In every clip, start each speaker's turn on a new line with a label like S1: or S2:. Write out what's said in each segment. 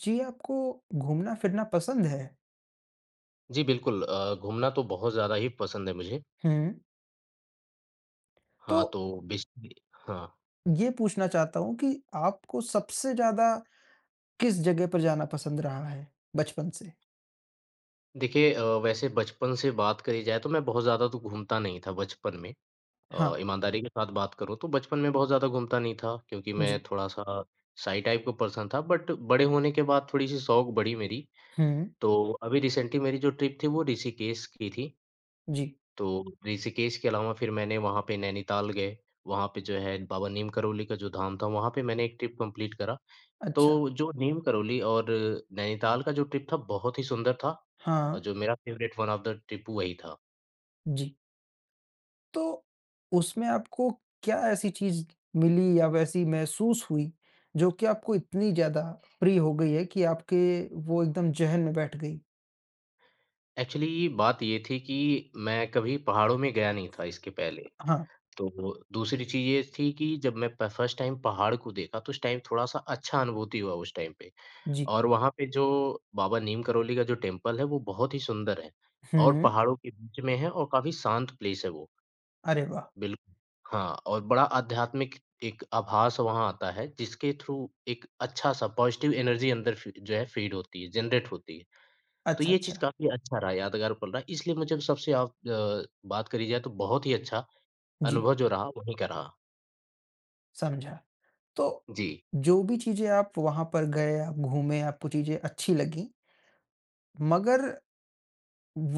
S1: जी, आपको घूमना-फिरना पसंद है?
S2: जी, बिल्कुल घूमना तो बहुत ज़्यादा ही पसंद है मुझे।
S1: हुँ। तो
S2: हाँ, तो बेसिकली हाँ,
S1: ये पूछना चाहता हूँ कि आपको सबसे ज़्यादा किस जगह पर जाना पसंद रहा है बचपन से?
S2: देखिए वैसे बचपन से बात करी जाए तो मैं बहुत ज़्यादा तो घूमता नहीं था बचपन में।
S1: हाँ,
S2: ईमानदारी के साथ बात करूँ तो बचपन में बहुत ज़्यादा घूमता नहीं था क्योंकि मैं
S1: जी।
S2: थोड़ा-सा शाई टाइप का पर्सन था बट बड़े होने के बाद थोड़ी-सी शौक बढ़ी मेरी।
S1: हुँ,
S2: तो अभी रिसेंटली मेरी जो ट्रिप थी वो ऋषिकेश की थी।
S1: जी।
S2: तो ऋषिकेश के अलावा फिर मैंने वहाँ पे नैनीताल गए, वहाँ पे जो है बाबा नीम करोली का जो धाम था वहाँ पे मैंने एक ट्रिप कंप्लीट करा। तो
S1: अच्छा।
S2: जो नीम करोली और नैनीताल का जो ट्रिप था, बहुत ही सुंदर था
S1: हाँ,
S2: और जो मेरा favourite one of the trip वही था।
S1: जी। तो उसमें आपको क्या ऐसी चीज़ मिली या वैसी महसूस हुई जो कि आपको इतनी ज़्यादा प्रिय हो गई है कि आपके वो एकदम ज़हन में बैठ गई?
S2: एक्चुअली बात ये थी कि मैं कभी पहाड़ों में गया नहीं था इसके पहले।
S1: हाँ,
S2: तो दूसरी चीज़ ये थी कि जब मैं प फर्स्ट टाइम पहाड़ को देखा तो उस टाइम थोड़ा-सा अच्छा अनुभूति हुआ उस टाइम पे
S1: जी।
S2: और वहाँ पे जो बाबा नीम करोली का जो टेम्पल है, वो बहुत ही सुंदर है और
S1: हुँ।
S2: पहाड़ों के बीच में है और काफ़ी शांत प्लेस है वो।
S1: अरे वाह!
S2: बिल्कुल, हाँ और बड़ा आध्यात्मिक एक आभास वहाँ आता है, जिसके थ्रू एक अच्छा-सा पॉज़िटिव एनर्जी अंदर फ़ी जो है फ़ीड होती है, जनरेट होती है। तो
S1: अच्छा,
S2: ये
S1: अच्छा।
S2: चीज़ काफ़ी अच्छा रहा, यादगार पल रहा, इसलिए मुझे सबसे बात करी जाए तो बहुत ही अच्छा
S1: जी,
S2: अनुभव जो रहा, वहीं का रहा।
S1: समझा। तो
S2: जी,
S1: जो भी चीज़ें आप वहाँ पर गए, आप घूमे, आपको चीज़ें अच्छी लगी, मगर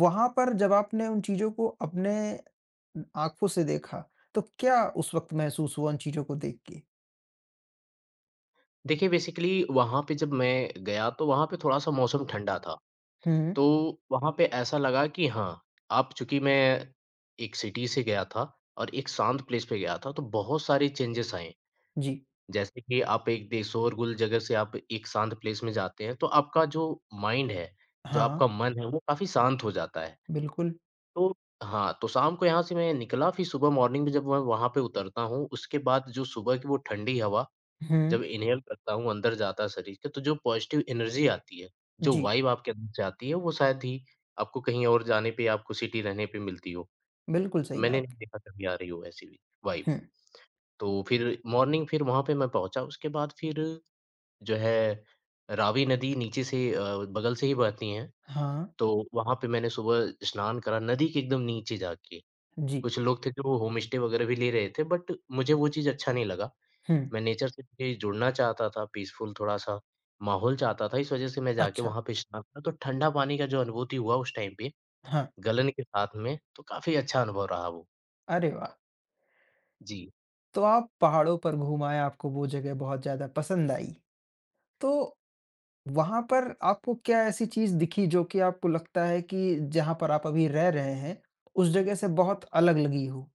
S1: वहाँ पर जब आपने उन चीज़ों को अपने आँखों से देखा, तो क्या उस वक़्त महसूस हुआ उन चीज़ों को देख के?
S2: देखिए बेसिकली वहाँ पे जब मैं गया तो वहाँ पे थोड़ा-सा मौसम ठंडा था,
S1: हुँ,
S2: तो वहाँ पे ऐसा लगा कि हाँ, अब चूँकि मैं एक सिटी से गया था और एक शांत प्लेस पे गया था, तो बहुत सारे चेंजेज़ आए।
S1: जी।
S2: जैसे कि आप एक दे शोरगुल जगह से आप एक शांत प्लेस में जाते हैं, तो आपका जो माइंड है, जो
S1: हाँ, हाँ,
S2: आपका मन है, वो काफ़ी शांत हो जाता है।
S1: बिल्कुल।
S2: तो हाँ, तो शाम को यहाँ से मैं निकला, फिर सुबह मॉर्निंग में जब मैं वहाँ पे उतरता हूँ, उसके बाद जो सुबह की वो ठंडी हवा जब
S1: हुँ,
S2: इन्हेल करता हूँ, अंदर जाता है शरीर के, तो जो पॉज़िटिव एनर्जी आती है, जो
S1: जी,
S2: वाइब आपके अंदर से आती है, वो शायद ही आपको कहीं और जाने पे, आपको सिटी रहने पे मिलती हो।
S1: बिल्कुल सही
S2: मैंने
S1: बात।
S2: नहीं देखा कभी आ रही हो ऐसी भी वाइब।
S1: हुँ,
S2: तो फिर मॉर्निंग फिर वहाँ पे मैं पहुँचा, उसके बाद फिर जो है, रावी नदी नीचे से बगल से ही बहती है,
S1: हाँ,
S2: तो वहाँ पे मैंने सुबह स्नान करा नदी के एकदम नीचे जाके।
S1: जी,
S2: कुछ लोग थे जो होम स्टे वगैरह भी ले रहे थे बट मुझे वो चीज़ अच्छा नहीं लगा।
S1: हुँ,
S2: मैं नेचर से भी जुड़ना चाहता था, पीसफुल थोड़ा-सा माहौल चाहता था, इस वजह से मैं जाके
S1: अच्छा,
S2: वहाँ पे स्नान करा, तो ठंडा पानी का जो अनुभूति हुआ उस टाइम पे,
S1: हाँ।
S2: गलन के साथ में, तो काफ़ी अच्छा अनुभव रहा वो।
S1: अरे वाह!
S2: जी।
S1: तो आप पहाड़ों पर घूम आए, आपको वो जगह बहुत ज़्यादा पसंद आई। तो वहाँ पर आपको क्या ऐसी चीज़ दिखी जो कि आपको लगता है कि जहाँ पर आप अभी रह रहे हैं, उस जगह से बहुत अलग लगी हो?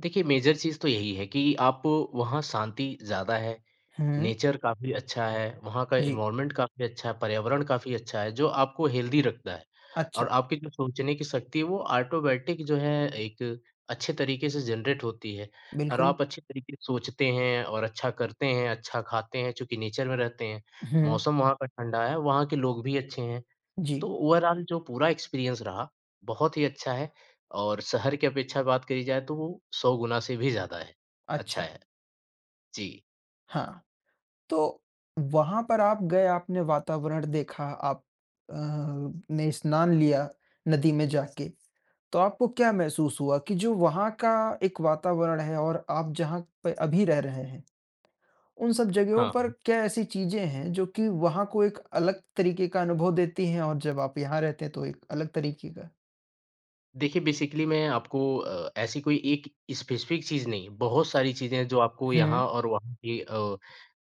S2: देखिए, मेजर चीज़ तो यही है कि आप वहाँ शांति ज़्यादा है।
S1: हुँ,
S2: नेचर काफ़ी अच्छा है, वहाँ का
S1: जी,
S2: एनवायरनमेंट काफ़ी अच्छा है, पर्यावरण काफ़ी अच्छा है, जो आपको हेल्दी रखता है और
S1: अच्छा,
S2: आपकी जो सोचने की शक्ति है, वो ऑटोमैटिक जो है एक अच्छे तरीके से जनरेट होती है और
S1: बिल्कुल।
S2: आप अच्छे तरीके से सोचते हैं और अच्छा करते हैं, अच्छा खाते हैं, चूँकि नेचर में रहते हैं।
S1: हुँ,
S2: मौसम वहाँ का ठंडा है, वहाँ के लोग भी अच्छे हैं, तो
S1: जी,
S2: ओवरऑल जो पूरा एक्सपीरियंस रहा, बहुत ही अच्छा है और शहर की अपेक्षा बात करी जाए, तो वो 100 गुना से भी ज़्यादा है। अच्छा
S1: अच्छा,
S2: है। जी,
S1: हाँ। तो वहाँ पर आप गए, आपने वातावरण देखा, आप अ, ने स्नान लिया नदी में जाके, तो आपको क्या महसूस हुआ कि जो वहाँ का एक वातावरण है और आप जहाँ पे अभी रह रहे हैं? उन सब जगहों
S2: हाँ।
S1: पर क्या ऐसी चीज़ें हैं जो कि वहाँ को एक अलग तरीके का अनुभव देती हैं और जब आप यहाँ रहते हैं तो एक अलग तरीके का
S2: देखिए, बेसिकली मैं आपको ऐसी कोई एक स्पेसिफ़िक चीज़ नहीं, बहुत सारी चीज़ें हैं जो आपको यहाँ
S1: हुँ,
S2: और वहाँ की अ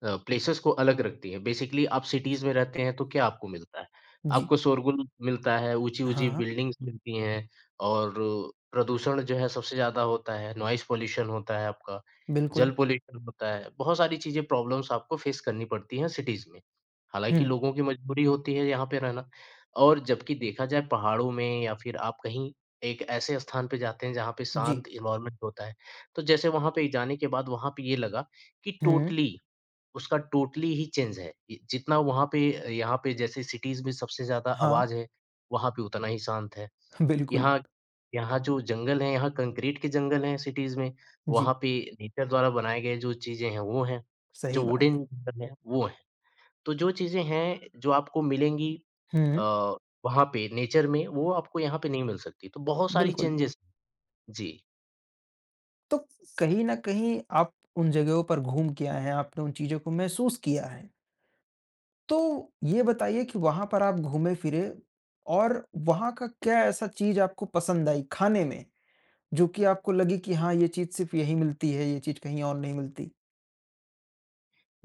S2: अ, प्लेसेस को अलग रखती हैं। बेसिकली आप सिटीज़ में रहते हैं तो क्या आपको मिलता है?
S1: जी।
S2: आपको शोरगुल मिलता है, ऊँची-ऊँची
S1: हाँ,
S2: बिल्डिंग्स मिलती हैं और प्रदूषण जो है सबसे ज़्यादा होता है, नॉइज़ पॉल्यूशन होता है आपका,
S1: बिल्कुल।
S2: जल पॉल्यूशन होता है, बहुत सारी चीज़ें प्रॉब्लम्स आपको फ़ेस करनी पड़ती हैं सिटीज़ में।
S1: हुँ,
S2: हालाँकि लोगों की मजबूरी होती है यहाँ पे रहना और जबकि देखा जाए पहाड़ों में या फिर आप कहीं एक ऐसे स्थान पे जाते हैं जहाँ पे
S1: जी।
S2: शांत एनवायरनमेंट होता है। तो जैसे वहाँ पे जाने के बाद वहाँ पे ये लगा कि
S1: हुँ,
S2: टोटली उसका टोटली ही चेंज है। इ जितना वहाँ पे यहाँ पे जैसे सिटीज़ में सबसे ज़्यादा
S1: हाँ,
S2: आवाज़ है, वहाँ पे उतना ही शांत है।
S1: बिल्कुल।
S2: यहाँ यहाँ जो जंगल हैं, यहाँ कंक्रीट के जंगल हैं सिटीज़ में, वहाँ
S1: जी,
S2: पे नेचर द्वारा बनाए गए जो चीज़ें हैं वो हैं,
S1: सही
S2: जो
S1: बात।
S2: वुडन जंगल हैं वो हैं। तो जो चीज़ें हैं जो आपको मिलेंगी
S1: हुँ,
S2: अ, वहाँ पे नेचर में वो आपको यहाँ पे नहीं मिल सकती। तो बहुत सारी
S1: बिल्कुल।
S2: चेंजेज़ जी।
S1: तो कहीं न कहीं आप उन जगहों पर घूम के आए हैं, आपने उन चीज़ों को महसूस किया है। तो ये बताइए कि वहाँ पर आप घूमे-फिरे और वहाँ का क्या ऐसा चीज़ आपको पसंद आई खाने में? जो कि आपको लगी कि हाँ, ये चीज़ सिर्फ़ यहीं मिलती है, ये चीज़ कहीं और नहीं मिलती?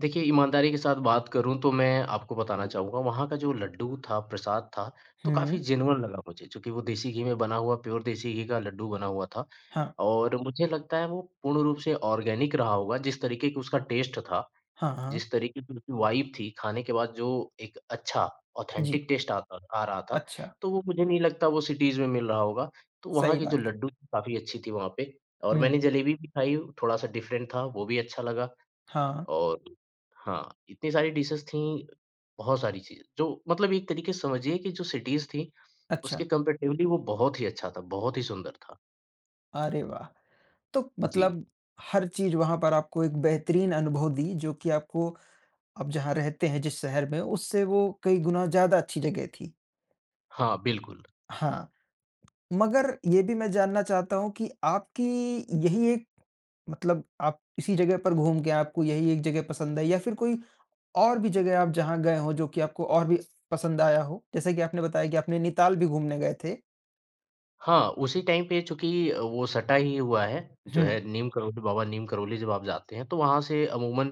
S2: देखिए, ईमानदारी के साथ बात करूँ तो मैं आपको बताना चाहूँगा वहाँ का जो लड्डू था, प्रसाद था, तो
S1: हुँ।
S2: काफ़ी जेनुइन लगा मुझे क्योंकि वो देसी घी में बना हुआ प्योर देसी घी का लड्डू बना हुआ था।
S1: हाँ,
S2: और मुझे लगता है वो पूर्ण रूप से ऑर्गेनिक रहा होगा जिस तरीके की उसका टेस्ट था,
S1: हाँ, हाँ।
S2: जिस तरीके की उसकी वाइब थी, खाने के बाद जो एक अच्छा
S1: जी।
S2: ऑथेंटिक टेस्ट आता आ रहा था,
S1: अच्छा,
S2: तो वो मुझे नहीं लगता वो सिटीज़ में मिल रहा होगा। तो वहाँ
S1: सही
S2: के जो
S1: बात।
S2: लड्डू काफ़ी अच्छी थी वहाँ पे और
S1: हुँ।
S2: मैंने जलेबी भी खाई, थोड़ा-सा डिफरेंट था, वो भी अच्छा लगा।
S1: हाँ,
S2: और हाँ, इतनी सारी डिशेज़ थीं, बहुत सारी चीज़ें जो मतलब एक तरीके से समझिए कि जो सिटीज़ थीं, उसके
S1: अच्छा।
S2: कंपैरेटिवली वो बहुत ही अच्छा था, बहुत ही सुंदर था।
S1: अरे वाह! तो
S2: जी।
S1: मतलब हर चीज़ वहाँ पर आपको एक बेहतरीन अनुभव दी जो कि आपको आप जहाँ रहते हैं जिस शहर में, उससे वो कई गुना ज़्यादा अच्छी जगह थी।
S2: हाँ, बिल्कुल।
S1: हाँ, मगर ये भी मैं जानना चाहता हूँ कि आपकी यही एक मतलब आप इसी जगह पर घूम के आपको यही एक जगह पसंद है या फिर कोई और भी जगह आप जहाँ गए हो जो कि आपको और भी पसंद आया हो? जैसे कि आपने बताया कि आपने नैनीताल भी घूमने गए थे।
S2: हाँ, उसी टाइम पे चूँकि वो सटा ही हुआ है, जो
S1: हुँ,
S2: है नीम करोली जब आप जाते हैं, तो वहाँ से अमूमन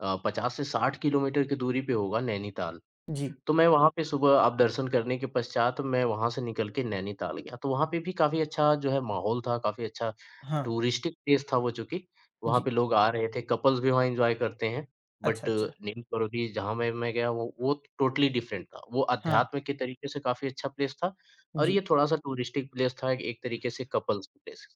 S2: 50 से 60 किलोमीटर की दूरी पे होगा नैनीताल।
S1: जी।
S2: तो मैं वहाँ पे सुबह आप दर्शन करने के पश्चात मैं वहाँ से निकल के नैनीताल गया। तो वहाँ पे भी काफ़ी अच्छा जो है माहौल था, काफ़ी अच्छा
S1: हाँ,
S2: टूरिस्टिक प्लेस था वो चूँकि। वहाँ
S1: जी।
S2: पे लोग आ रहे थे, कपल्स भी वहाँ एन्जॉय करते हैं।
S1: अच्छा,
S2: बट
S1: अच्छा।
S2: नीम करोली जहाँ मैं गया वो टोटली डिफरेंट था। वो
S1: हाँ,
S2: अध्यात्म के तरीके से काफ़ी अच्छा प्लेस था और
S1: जी।
S2: ये थोड़ा-सा टूरिस्टिक प्लेस था एक एक तरीके से कपल्स प्लेस।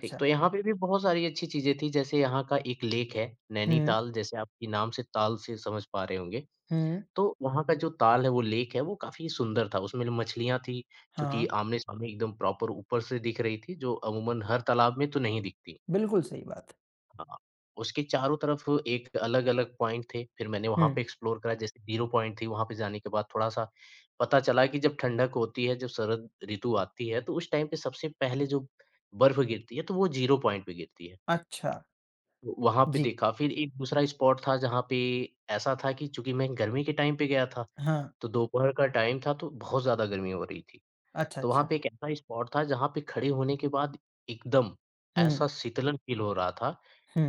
S2: ठीक, तो यहाँ पे भी बहुत सारी अच्छी चीज़ें थी जैसे यहाँ का एक लेक है,
S1: हुँ,
S2: नैनीताल जैसे आपकी नाम से ताल से समझ पा रहे होंगे।
S1: हुँ,
S2: तो वहाँ का जो ताल है, वो लेक है, वो काफ़ी सुंदर था। उसमें जो मछलियाँ थी, जो कि
S1: हाँ।
S2: आमने-सामने एकदम प्रॉपर ऊपर से दिख रही थी, जो अमूमन हर तालाब में तो नहीं दिखती।
S1: बिल्कुल सही बात।
S2: हाँ, उसके चारों तरफ एक अलग-अलग पॉइंट थे, फिर मैंने
S1: हुँ,
S2: वहाँ पे एक्सप्लोर करा, जैसे ज़ीरो पॉइंट थी, वहाँ पे जाने के बाद थोड़ा-सा पता चला कि जब ठंडक होती है, जब शरद ऋतु आती है, तो उस टाइम पे सबसे पहले जो बर्फ़ गिरती है, तो वो ज़ीरो पॉइंट पे गिरती है।
S1: अच्छा।
S2: तो वहाँ पे
S1: जी।
S2: देखा, फिर एक दूसरा स्पॉट था, जहाँ पे ऐसा था कि चूँकि मैं गर्मी के टाइम पे गया था
S1: हाँ।
S2: तो दोपहर का टाइम था तो बहुत ज़्यादा गर्मी हो रही थी।
S1: अच्छा,
S2: तो वहाँ
S1: अच्छा।
S2: पे एक ऐसा स्पॉट था जहाँ पे खड़े होने के बाद एकदम
S1: हुँ,
S2: ऐसा शीतलन फ़ील हो रहा था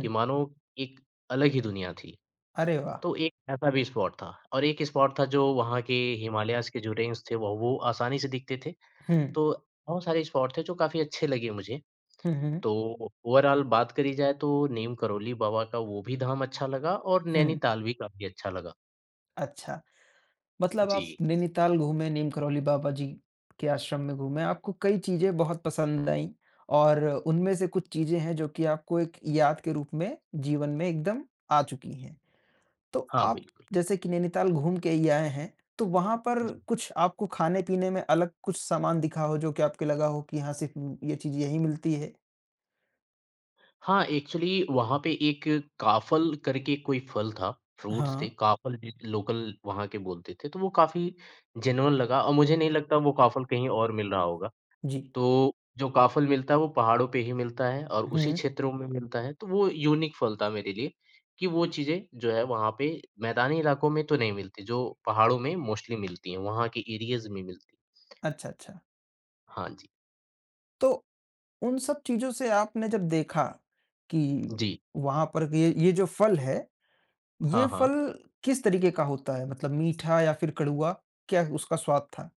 S2: कि मानो एक अलग ही दुनिया थी।
S1: अरे वाह!
S2: तो एक ऐसा भी स्पॉट था और एक स्पॉट था जो वहाँ के हिमालयाज़ के जो रेंज थे वो आसानी से दिखते थे।
S1: हुँ,
S2: तो बहुत सारे स्पॉट थे जो काफ़ी अच्छे लगे मुझे।
S1: हुँ, हुँ,
S2: तो ओवरऑल बात करी जाए तो नीम करोली बाबा का वो भी धाम अच्छा लगा और
S1: हुँ।
S2: नैनीताल भी काफ़ी अच्छा लगा।
S1: अच्छा। मतलब
S2: जी।
S1: आप नैनीताल घूमे, नीम करौली बाबा जी के आश्रम में घूमे, आपको कई चीज़ें बहुत पसंद आईं और उनमें से कुछ चीज़ें हैं जो कि आपको एक याद के रूप में जीवन में एकदम आ चुकी हैं। तो
S2: हाँ,
S1: आप
S2: बिल्कुल।
S1: जैसे कि नैनीताल घूम के ही आए हैं, तो वहाँ पर
S2: जी।
S1: कुछ आपको खाने-पीने में अलग कुछ सामान दिखा हो जो कि आपको लगा हो कि हाँ, सिर्फ़ ये चीज़ यहीं मिलती है?
S2: हाँ, एक्चुअली वहाँ पे एक काफ़ल करके कोई फल था, फ्रूट्स
S1: हाँ,
S2: थे, काफ़ल भी लोकल वहाँ के बोलते थे, तो वो काफ़ी जेन्युइन लगा और मुझे नहीं लगता वो काफ़ल कहीं और मिल रहा होगा।
S1: जी।
S2: तो जो काफ़ल मिलता है, वो पहाड़ों पे ही मिलता है और उसी
S1: हुँ,
S2: क्षेत्रों में मिलता है, तो वो यूनिक फल था मेरे लिए कि वो चीज़ें जो है वहाँ पे मैदानी इलाकों में तो नहीं मिलती, जो पहाड़ों में मोस्टली मिलती हैं, वहाँ के एरियाज़ में मिलती हैं।
S1: अच्छा, अच्छा।
S2: हाँ जी।
S1: तो उन सब चीज़ों से आपने जब देखा कि
S2: जी।
S1: वहाँ पर ये जो फल है ये
S2: हाँ,
S1: फल
S2: हाँ।
S1: किस तरीके का होता है? मतलब मीठा या फिर कड़वा? क्या उसका स्वाद था?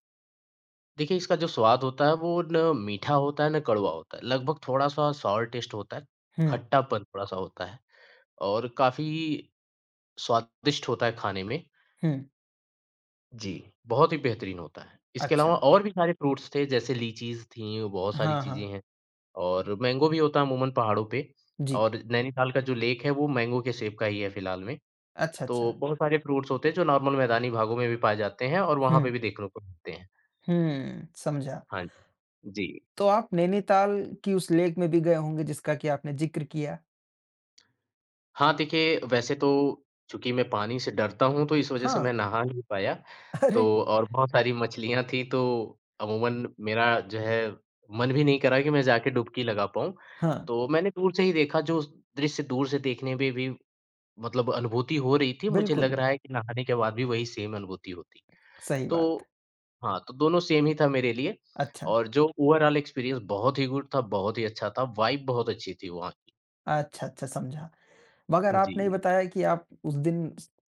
S2: देखिए, इसका जो स्वाद होता है वो ना मीठा होता है, ना कड़वा होता है। लगभग थोड़ा-सा सॉर टेस्ट होता है,
S1: हुँ,
S2: खट्टापन थोड़ा-सा होता है और काफ़ी स्वादिष्ट होता है खाने में।
S1: हुँ,
S2: जी, बहुत ही बेहतरीन होता है। इसके
S1: अच्छा।
S2: अलावा और भी सारे फ्रूट्स थे जैसे लीचीज़ थी, बहुत सारी
S1: हाँ,
S2: चीज़ें
S1: हाँ,
S2: हैं और मैंगो भी होता है अमूमन पहाड़ों पे
S1: जी।
S2: और नैनीताल का जो लेक है वो मैंगो के सेब का ही है फिलहाल में।
S1: अच्छा,
S2: तो
S1: अच्छा।
S2: बहुत सारे फ्रूट्स होते हैं जो नॉर्मल मैदानी भागों में भी पाए जाते हैं और
S1: हुँ,
S2: वहाँ पे भी देखने को मिलते हैं।
S1: हुँ, समझा।
S2: हाँ जी। जी।
S1: तो आप नैनीताल की उस लेक में भी गए होंगे जिसका कि आपने ज़िक्र किया?
S2: हाँ, देखिए वैसे तो चूँकि मैं पानी से डरता हूँ तो इस वज़ह से
S1: हाँ,
S2: मैं नहा नहीं पाया। तो
S1: अरे!
S2: और बहुत सारी मछलियाँ थी तो अमूमन मेरा जो है मन भी नहीं करा कि मैं जाके डुबकी लगा पाऊँ।
S1: हाँ,
S2: तो मैंने दूर से ही देखा जो उस दृश्य दूर से देखने में भी मतलब अनुभूति हो रही थी, मुझे
S1: बिल्कुल,
S2: लग रहा है कि नहाने के बाद भी वही सेम अनुभूति होती।
S1: सही बात।
S2: तो हाँ, तो दोनों सेम ही था मेरे लिए
S1: अच्छा,
S2: और जो ओवरॉल एक्सपीरियंस बहुत ही गुड था, बहुत ही अच्छा था, वाइब बहुत अच्छी थी वहाँ की।
S1: अच्छा, अच्छा समझा। मगर आपने ये
S2: जी।
S1: बताया कि आप उस दिन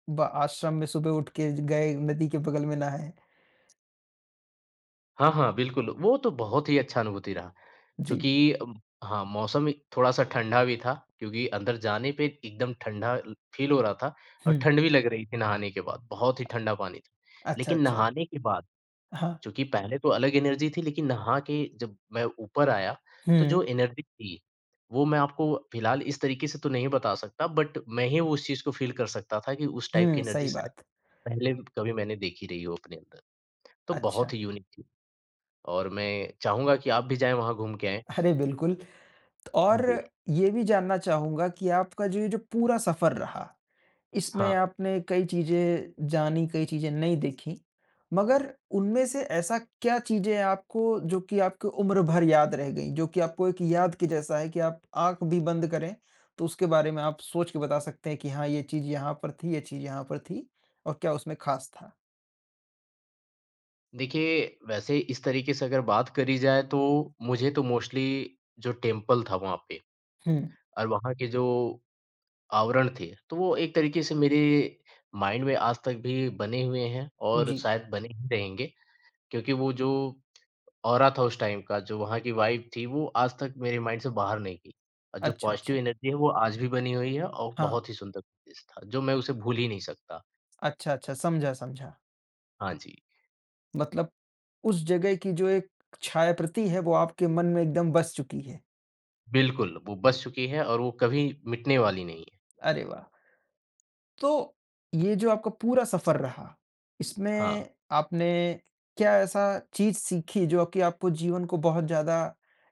S1: ब आश्रम में सुबह उठ के गए, नदी के बगल में नहाए।
S2: हाँ, हाँ, बिल्कुल, वो तो बहुत ही अच्छा अनुभूति रहा
S1: जी,
S2: क्योंकि हाँ, मौसम ही थोड़ा-सा ठंडा भी था क्योंकि अंदर जाने पे एकदम ठंडा ल फ़ील हो रहा था और
S1: हुँ,
S2: ठंड भी लग रही थी नहाने के बाद, बहुत ही ठंडा पानी था।
S1: अच्छा,
S2: लेकिन
S1: अच्छा।
S2: नहाने के बाद
S1: हाँ,
S2: चूँकि पहले तो अलग एनर्जी थी लेकिन नहा के जब मैं ऊपर आया, तो जो
S1: हुँ।
S2: एनर्जी थी, वो मैं आपको फ़िलहाल इस तरीके से तो नहीं बता सकता बट मैं ही वो उस चीज़ को फ़ील कर सकता था कि उस टाइप की
S1: हुँ,
S2: एनर्जी
S1: सही
S2: शायद
S1: बात।
S2: पहले कभी मैंने देखी रही हो अपने अंदर, तो
S1: अच्छा,
S2: बहुत ही यूनिक थी। और मैं चाहूँगा कि आप भी जाएँ वहाँ घूम के आएँ।
S1: अरे बिल्कुल तो और
S2: जी।
S1: ये भी जानना चाहूँगा कि आपका जो ये जो पूरा सफ़र रहा, इसमें
S2: हाँ,
S1: आपने कई चीज़ें जानी, कई चीज़ें नहीं देखी, मगर उनमें से ऐसा क्या चीज़ें आपको जो कि आपको उम्र भर याद रह गईं, जो कि आपको एक याद के जैसा है कि आप आँख भी बंद करें, तो उसके बारे में आप सोच के बता सकते हैं कि हाँ, ये चीज़ यहाँ पर थी, ये चीज़ यहाँ पर थी और क्या उसमें ख़ास था?
S2: देखिए वैसे इस तरीके से अगर बात करी जाए तो मुझे तो मोस्टली जो टेम्पल था वहाँ पे
S1: हुँ,
S2: और वहाँ के जो आवरण थे, तो वो एक तरीके से मेरे माइंड में आज तक भी बने हुए हैं और
S1: जी।
S2: शायद बने ही रहेंगे क्योंकि वो जो ऑरा था उस टाइम का, जो वहाँ की वाइब थी, वो आज तक मेरे माइंड से बाहर नहीं गई। और जो
S1: अच्छा,
S2: पॉज़िटिव
S1: अच्छा।
S2: एनर्जी है वो आज भी बनी हुई है और
S1: हाँ,
S2: बहुत ही सुंदर प्लेस था, जो मैं उसे भूल ही नहीं सकता।
S1: अच्छा, अच्छा, समझा, समझा।
S2: हाँ जी।
S1: मतलब उस जगह की जो एक छायाप्रति है वो आपके मन में एकदम बस चुकी है।
S2: बिल्कुल, वो बस चुकी है और वो कभी मिटने वाली नहीं है।
S1: अरे वाह! तो ये जो आपका पूरा सफ़र रहा,
S2: हाँ।
S1: इसमें आपने क्या ऐसा चीज़ सीखी जो कि आपको जीवन को बहुत ज़्यादा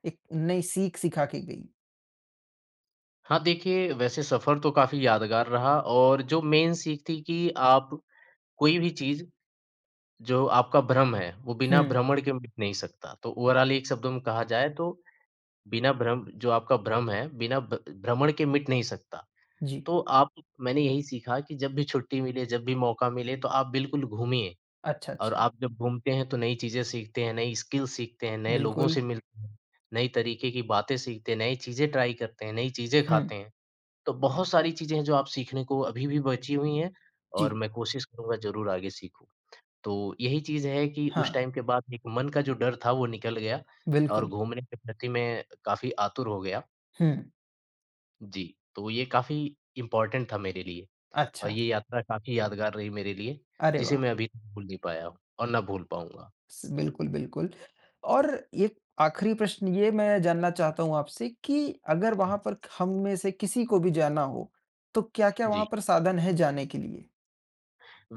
S1: एक नई सीख सिखा के गई?
S2: हाँ, देखिए वैसे सफ़र तो काफ़ी यादगार रहा और जो मेन सीख थी कि आप कोई भी चीज़ जो आपका भ्रम है, वो बिना
S1: हुँ,
S2: भ्रमण के मिट नहीं सकता। तो ओवरॉल एक शब्दों में कहा जाए तो बिना भ्रम जो आपका भ्रम है, बिना भ भ्रमण के मिट नहीं सकता।
S1: जी।
S2: तो आप मैंने यही सीखा कि जब भी छुट्टी मिले, जब भी मौका मिले तो आप बिल्कुल घूमिए।
S1: अच्छा,
S2: और
S1: अच्छा।
S2: आप जब घूमते हैं तो नई चीज़ें सीखते हैं, नई स्किल सीखते हैं, नए लोगों
S1: बिल्कुल।
S2: से मिलते हैं, नई तरीके की बातें सीखते हैं, नई चीज़ें ट्राई करते हैं, नई चीज़ें
S1: हुँ,
S2: खाते हैं। तो बहुत सारी चीज़ें हैं जो आप सीखने को अभी भी बची हुई हैं
S1: जी।
S2: और मैं कोशिश करूँगा ज़रूर आगे सीखूँ। तो यही चीज़ है कि
S1: हाँ,
S2: उस टाइम के बाद एक मन का जो डर था वो निकल गया और
S1: बिल्कुल।
S2: घूमने के प्रति मैं काफ़ी आतुर हो गया।
S1: हुँ,
S2: जी, तो ये काफ़ी इम्पोर्टेंट था मेरे लिए और
S1: अच्छा।
S2: ये यात्रा काफ़ी यादगार रही मेरे लिए,
S1: अरे
S2: जिसे
S1: वाह!
S2: मैं अभी तक भूल नहीं पाया हूँ और ना भूल पाऊँगा।
S1: स बिल्कुल, बिल्कुल। और एक आखिरी प्रश्न ये मैं जानना चाहता हूँ आपसे कि अगर वहाँ पर हम में से किसी को भी जाना हो, तो क्या-क्या वहाँ
S2: जी।
S1: पर साधन है जाने के लिए?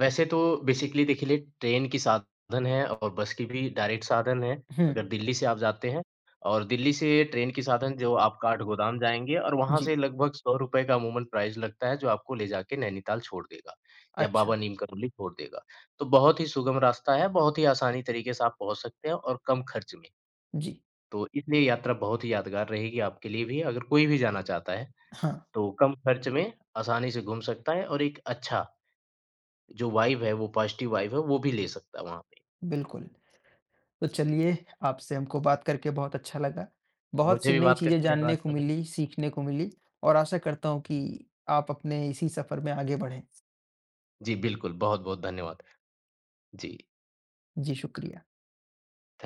S2: वैसे तो बेसिकली देखिए लिए ट्रेन की साधन है और बस की भी डायरेक्ट साधन है,
S1: हुँ,
S2: अगर दिल्ली से आप जाते हैं और दिल्ली से ट्रेन की साधन जो आप काठगोदाम जाएँगे और वहाँ
S1: जी,
S2: से लगभग ₹100 का अमूमन प्राइस लगता है, जो आपको ले जाके नैनीताल छोड़ देगा या
S1: अच्छा,
S2: बाबा नीम करोली छोड़ देगा। तो बहुत ही सुगम रास्ता है, बहुत ही आसानी तरीके से आप पहुँच सकते हैं और कम खर्च में।
S1: जी,
S2: तो इसलिए यात्रा बहुत ही यादगार रहेगी आपके लिए भी, अगर कोई भी जाना चाहता है,
S1: हाँ,
S2: तो कम खर्च में आसानी से घूम सकता है और एक अच्छा जो वाइब है, वो पॉज़िटिव वाइब है, वो भी ले सकता है वहाँ पे।
S1: बिल्कुल। तो चलिए, आपसे हमको बात करके बहुत अच्छा लगा। बहुत
S2: मुझे
S1: सी
S2: भी
S1: नई
S2: बात
S1: चीज़ें
S2: करके बड़ा
S1: जानने को
S2: अच्छा लगा।
S1: मिली, सीखने को मिली और आशा करता हूँ कि आप अपने इसी सफ़र में आगे बढ़ें।
S2: जी, बिल्कुल, बहुत-बहुत धन्यवाद। जी।
S1: जी, शुक्रिया।